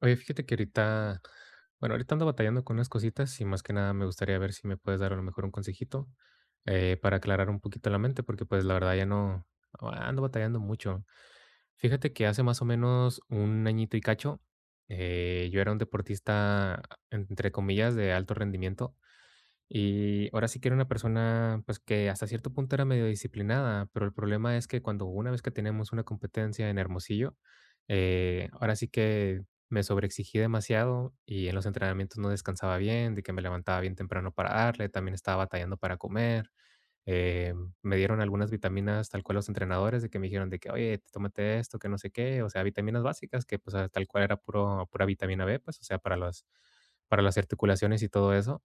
Oye, fíjate que ahorita, bueno, ahorita ando batallando con unas cositas y más que nada me gustaría ver si me puedes dar a lo mejor un consejito para aclarar un poquito la mente, porque pues la verdad ya no ando batallando mucho. Fíjate que hace más o menos un añito y cacho, yo era un deportista, entre comillas, de alto rendimiento. Y ahora sí que era una persona, pues, que hasta cierto punto era medio disciplinada, pero el problema es que cuando una vez que teníamos una competencia en Hermosillo, ahora sí que me sobreexigí demasiado y en los entrenamientos no descansaba bien, de que me levantaba bien temprano para darle, también estaba batallando para comer. eh, Me dieron algunas vitaminas tal cual los entrenadores, de que me dijeron de que: "Oye, tómate esto, que no sé qué", o sea, vitaminas básicas, que pues tal cual era pura vitamina B, pues, o sea, para las, articulaciones y todo eso.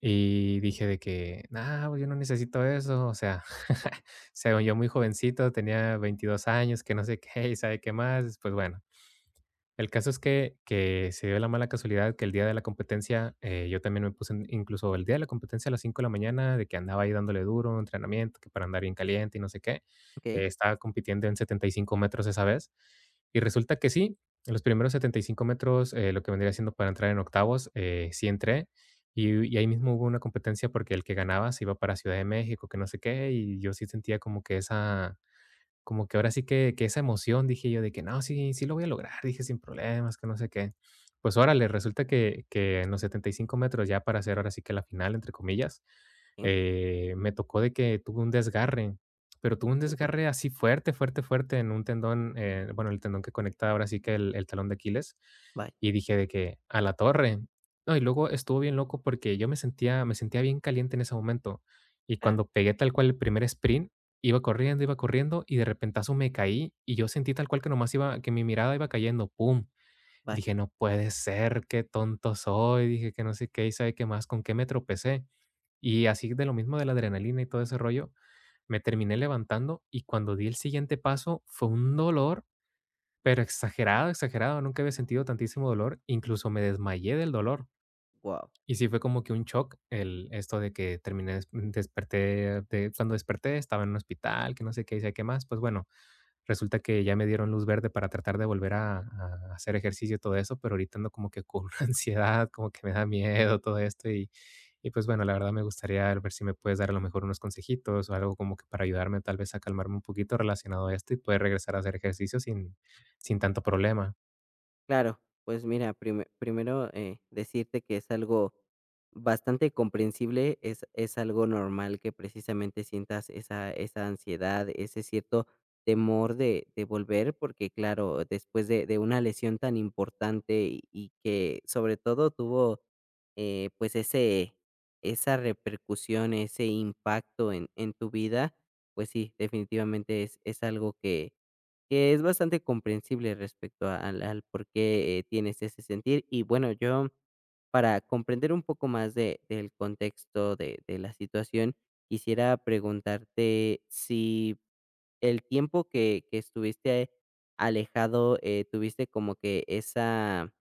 Y dije de que: "No, pues yo no necesito eso", o sea, o sea, yo muy jovencito, tenía 22 años, que no sé qué, y sabe qué más, pues bueno. El caso es que se dio la mala casualidad que el día de la competencia, yo también me puse incluso el día de la competencia a las 5 de la mañana, de que andaba ahí dándole duro, entrenamiento, que para andar bien caliente y no sé qué, Okey, estaba compitiendo en 75 metros esa vez. Y resulta que sí, en los primeros 75 metros, lo que vendría siendo para entrar en octavos, sí entré, y ahí mismo hubo una competencia porque el que ganaba se iba para Ciudad de México, que no sé qué, y yo sí sentía como que esa, como que ahora sí que esa emoción, dije yo, de que: "No, sí, sí lo voy a lograr". Dije: "Sin problemas, que no sé qué". Pues órale, resulta que en los 75 metros, ya para hacer ahora sí que la final, entre comillas, sí. Me tocó de que tuve un desgarre, pero tuve un Uy, desgarre así fuerte, fuerte, fuerte en un tendón, bueno, el tendón que conecta ahora sí que el talón de Aquiles. vaya. Y dije de que: "A la torre". No, y luego estuvo bien loco porque yo me sentía bien caliente en ese momento, y Ah, cuando pegué tal cual el primer sprint, iba corriendo, iba corriendo, y de repentazo me caí, y yo sentí tal cual que nomás iba, que mi mirada iba cayendo, pum. vaya. Dije: "No puede ser, qué tonto soy". Dije que no sé qué, y sabe qué más, con qué me tropecé. Y así, de lo mismo de la adrenalina y todo ese rollo, me terminé levantando, y cuando di el siguiente paso, fue un dolor, pero exagerado, exagerado. Nunca había sentido tantísimo dolor, incluso me desmayé del dolor. Wow. Y sí, fue como que un shock el esto de que terminé desperté, de cuando desperté estaba en un hospital, que no sé qué, y sé qué más. Pues bueno, resulta que ya me dieron luz verde para tratar de volver a hacer ejercicio y todo eso, pero ahorita ando como que con ansiedad, como que me da miedo todo esto. Y y pues bueno, la verdad me gustaría ver si me puedes dar a lo mejor unos consejitos o algo como que para ayudarme tal vez a calmarme un poquito relacionado a esto y poder regresar a hacer ejercicio sin tanto problema. Claro, pues mira, primero, decirte que es algo bastante comprensible, es algo normal que precisamente sientas esa ansiedad, ese cierto temor de volver, porque claro, después de una lesión tan importante y que sobre todo tuvo, pues ese esa repercusión, ese impacto en tu vida, pues sí, definitivamente es algo que es bastante comprensible respecto a- al por qué, tienes ese sentir. Y bueno, yo, para comprender un poco más de del contexto de la situación, quisiera preguntarte si el tiempo que estuviste alejado, tuviste como que esa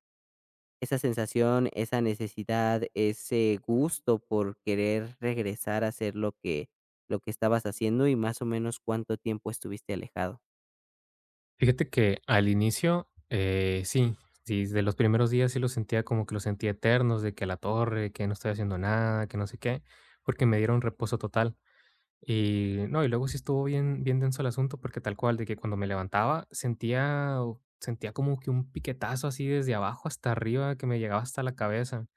esa sensación, esa necesidad, ese gusto por querer regresar a hacer lo que estabas haciendo, y más o menos, ¿cuánto tiempo estuviste alejado? Fíjate que al inicio, sí, sí, de los primeros días sí lo sentía, como que lo sentía eternos, de que a la torre, que no estoy haciendo nada, que no sé qué, porque me dieron reposo total. Y no, y luego sí estuvo bien, bien denso el asunto, porque tal cual, de que cuando me levantaba sentía como que un piquetazo así desde abajo hasta arriba, que me llegaba hasta la cabeza.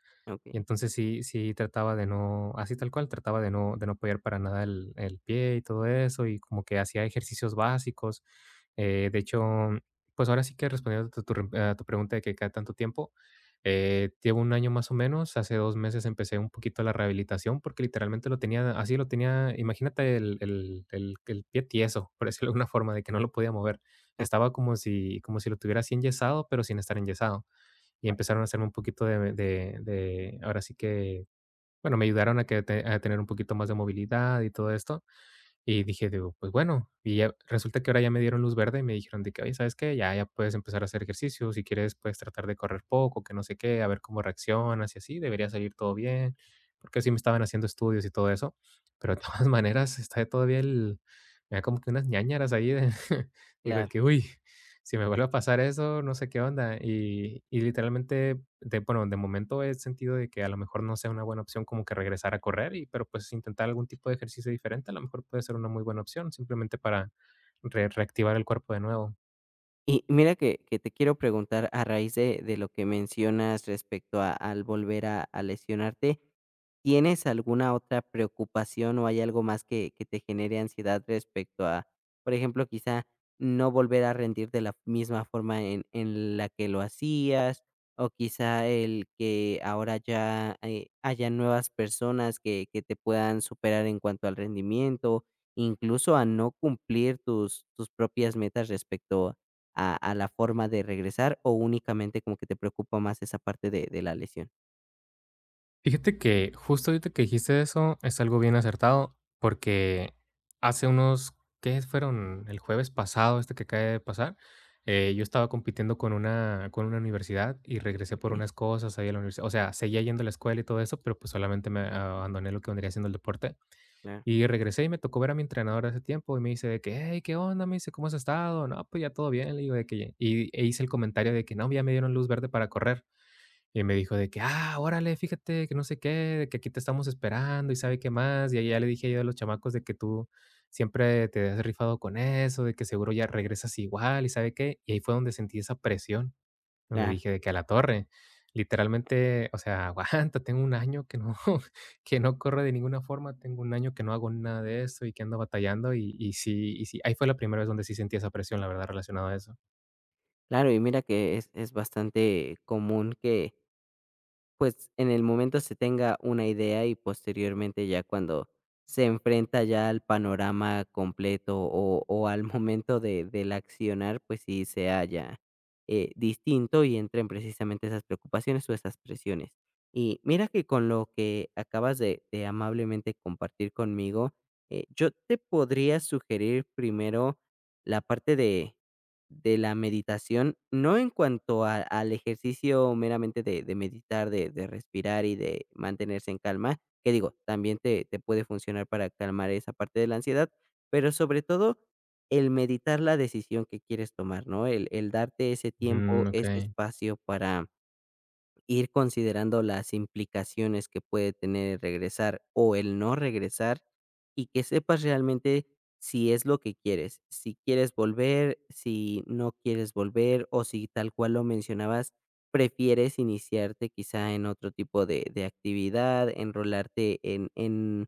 Y Okey. entonces sí trataba de no, así tal cual, trataba de no apoyar para nada el pie y todo eso, y como que hacía ejercicios básicos. De hecho, pues ahora sí que, respondiendo a tu tu rem a tu pregunta de que cada tanto tiempo, llevo un año más o menos. Hace 2 meses empecé un poquito la rehabilitación porque literalmente lo tenía así, lo tenía, imagínate, el pie tieso, por decirlo de alguna forma, de que no lo podía mover. Ah, Estaba como si lo tuviera así enyesado, pero sin estar enyesado. Y empezaron a hacerme un poquito de ahora sí que, bueno, me ayudaron a que te, a tener un poquito más de movilidad y todo esto, y dije, digo, pues bueno. Y ya resulta que ahora ya me dieron luz verde y me dijeron de que: "Oye, ¿sabes qué? Ya puedes empezar a hacer ejercicio. Si quieres puedes tratar de correr poco, que no sé qué, a ver cómo reaccionas, y así, debería salir todo bien", porque así me estaban haciendo estudios y todo eso. Pero de todas maneras está todavía el me da como que unas ñáñaras ahí de, digo de claro. que: "Uy, si me vuelve a pasar eso, no sé qué onda". Y literalmente, bueno, de momento he sentido de que a lo mejor no sea una buena opción como que regresar a correr, y, pero pues intentar algún tipo de ejercicio diferente a lo mejor puede ser una muy buena opción, simplemente para reactivar el cuerpo de nuevo. Y mira que te quiero preguntar a raíz de lo que mencionas respecto a al volver a lesionarte, ¿tienes alguna otra preocupación o hay algo más que te genere ansiedad respecto a, por ejemplo, quizá no volver a rendir de la misma forma en la que lo hacías, o quizá el que ahora ya, haya nuevas personas que te puedan superar en cuanto al rendimiento, incluso a no cumplir tus tus propias metas respecto a la forma de regresar o únicamente como que te preocupa más esa parte de la lesión. Fíjate que justo ahorita que dijiste eso es algo bien acertado, porque hace unos, ¿qué fueron? El jueves pasado, este que acaba de pasar, yo estaba compitiendo con con una universidad y regresé por Okey, unas cosas ahí a la universidad. O sea, seguía yendo a la escuela y todo eso, pero pues solamente me abandoné lo que vendría siendo el deporte. claro, Y regresé y me tocó ver a mi entrenador de ese tiempo, y me dice de que: "Hey, ¿qué onda?". Me dice: "¿Cómo has estado?". "No, pues ya todo bien", le digo de que, y, e hice el comentario de que: "No, ya me dieron luz verde para correr". Y me dijo de que: "Ah, órale, fíjate que no sé qué, de que aquí te estamos esperando y sabe qué más". Y ahí ya le dije yo a los chamacos de que: "Tú siempre te has rifado con eso, de que seguro ya regresas igual", y sabe qué. Y ahí fue donde sentí esa presión, donde claro, dije de que a la torre, literalmente, o sea, aguanta, tengo un año que no que no corre de ninguna forma, tengo un año que no hago nada de eso y que ando batallando. Y sí, y sí, ahí fue la primera vez donde sí sentí esa presión, la verdad, relacionado a eso. claro. Y mira que es bastante común que pues, en el momento se tenga una idea y posteriormente ya cuando se enfrenta ya al panorama completo o al momento de del accionar, pues sí se haya distinto y entren precisamente esas preocupaciones o esas presiones. Y mira que con lo que acabas de amablemente compartir conmigo, yo te podría sugerir primero la parte de la meditación, no en cuanto a al ejercicio meramente de meditar, de respirar y de mantenerse en calma, que digo, también te puede funcionar para calmar esa parte de la ansiedad, pero sobre todo el meditar la decisión que quieres tomar, ¿no? el darte ese Mm, tiempo, ese okey. espacio para ir considerando las implicaciones que puede tener el regresar o el no regresar y que sepas realmente si es lo que quieres, si quieres volver, si no quieres volver o si tal cual lo mencionabas, prefieres iniciarte quizá en otro tipo de actividad, enrolarte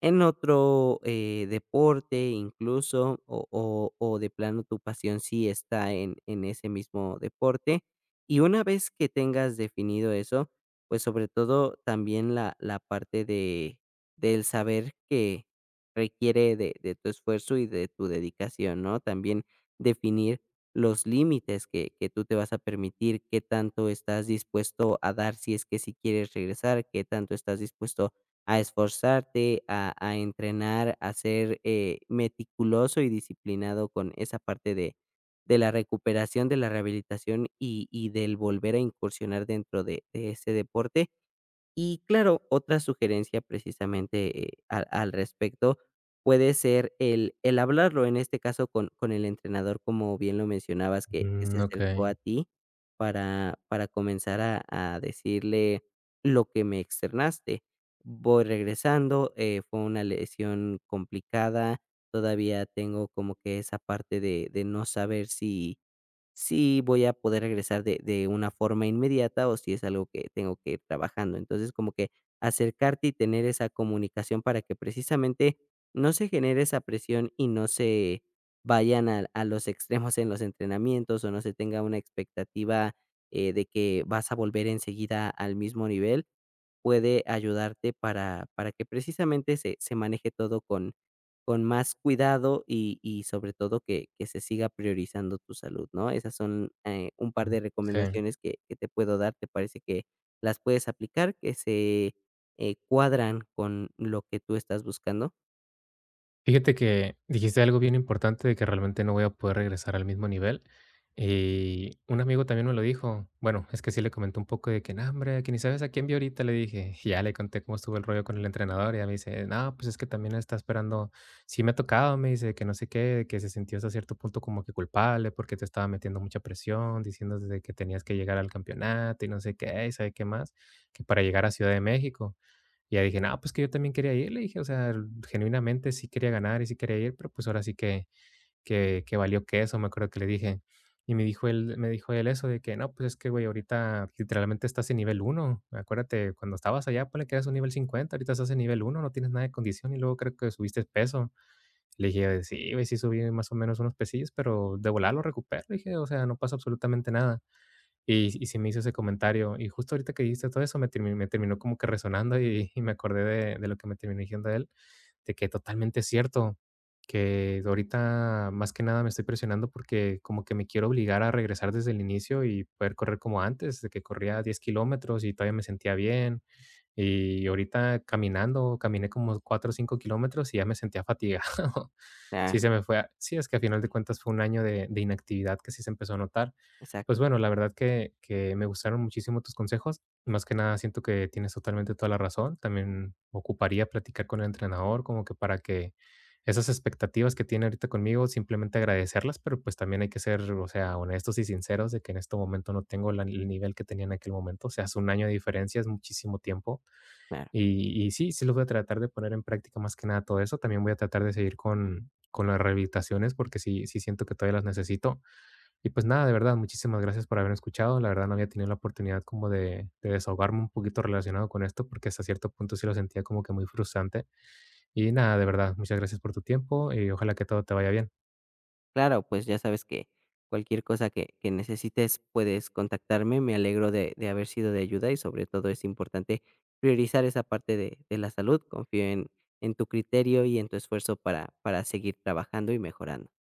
en otro deporte incluso, o de plano tu pasión sí está en ese mismo deporte. Y una vez que tengas definido eso, pues sobre todo también la parte de, del saber que requiere de tu esfuerzo y de tu dedicación, ¿no? También definir los límites que tú te vas a permitir, qué tanto estás dispuesto a dar si es que si quieres regresar, qué tanto estás dispuesto a esforzarte, a entrenar, a ser, meticuloso y disciplinado con esa parte de la recuperación, de la rehabilitación y del volver a incursionar dentro de ese deporte. Y claro, otra sugerencia precisamente, al al respecto puede ser el hablarlo, en este caso con el entrenador, como bien lo mencionabas, que se Mm, acercó okey. a ti para comenzar a decirle lo que me externaste. Voy regresando, fue una lesión complicada, todavía tengo como que esa parte de no saber si si voy a poder regresar de una forma inmediata o si es algo que tengo que ir trabajando. Entonces, como que acercarte y tener esa comunicación para que precisamente no se genere esa presión y no se vayan a los extremos en los entrenamientos o no se tenga una expectativa, de que vas a volver enseguida al mismo nivel, puede ayudarte para que precisamente se, se maneje todo con más cuidado y sobre todo que se siga priorizando tu salud, ¿no? Esas son un par de Sí. recomendaciones que te puedo dar, te parece que las puedes aplicar, que se cuadran con lo que tú estás buscando. Fíjate que dijiste algo bien importante de que realmente no voy a poder regresar al mismo nivel. Y un amigo también me lo dijo. Bueno, es que sí le comenté un poco de que: "No, hombre, que ni sabes a quién vi ahorita", le dije. Y ya le conté cómo estuvo el rollo con el entrenador. Y ya me dice: "No, pues es que también está esperando. Sí me ha tocado", me dice, que no sé qué, de que se sintió hasta cierto punto como que culpable porque te estaba metiendo mucha presión, diciendo desde que tenías que llegar al campeonato y no sé qué, y sabe qué más, que para llegar a Ciudad de México. Y ya dije: "No, pues que yo también quería ir", le dije, o sea, genuinamente sí quería ganar y sí quería ir, pero pues ahora sí que que valió, que eso me acuerdo que le dije. Y me dijo él, eso de que: "No, pues es que, güey, ahorita literalmente estás en nivel uno. Acuérdate, cuando estabas allá, ponle que eras un nivel 50, ahorita estás en nivel uno, no tienes nada de condición y luego creo que subiste peso". Le dije: "Sí, güey, sí subí más o menos unos pesillos, pero de volar lo recupero", le dije, o sea, no pasa absolutamente nada. Y se me hizo ese comentario. Y justo ahorita que dijiste todo eso, me terminó como que resonando, y me acordé de lo que me terminó diciendo él, de que totalmente es cierto, que ahorita más que nada me estoy presionando porque como que me quiero obligar a regresar desde el inicio y poder correr como antes, de que corría 10 kilómetros y todavía me sentía bien. Y ahorita caminando, caminé como 4 o 5 kilómetros y ya me sentía fatigado. Sí, Claro, se me fue a sí, es que a final de cuentas fue un año de inactividad que sí se empezó a notar. Pues exacto, bueno, la verdad que me gustaron muchísimo tus consejos. Más que nada siento que tienes totalmente toda la razón. También ocuparía platicar con el entrenador, como que para que esas expectativas que tiene ahorita conmigo, simplemente agradecerlas, pero, pues, también hay que ser, o sea, honestos y sinceros de que en este momento no tengo la, el nivel que tenía en aquel momento. O sea, es un año de diferencia, es muchísimo tiempo. claro. Y sí, sí los voy a tratar de poner en práctica, más que nada todo eso. También voy a tratar de seguir con las rehabilitaciones, porque sí siento que todavía las necesito. Y, pues, nada, de verdad, muchísimas gracias por haberme escuchado. La verdad, no había tenido la oportunidad como de desahogarme un poquito relacionado con esto, porque hasta cierto punto sí lo sentía como que muy frustrante. Y nada, de verdad, muchas gracias por tu tiempo y ojalá que todo te vaya bien. Claro, pues ya sabes que cualquier cosa que necesites puedes contactarme. Me alegro de haber sido de ayuda y sobre todo es importante priorizar esa parte de la salud. Confío en tu criterio y en tu esfuerzo para seguir trabajando y mejorando.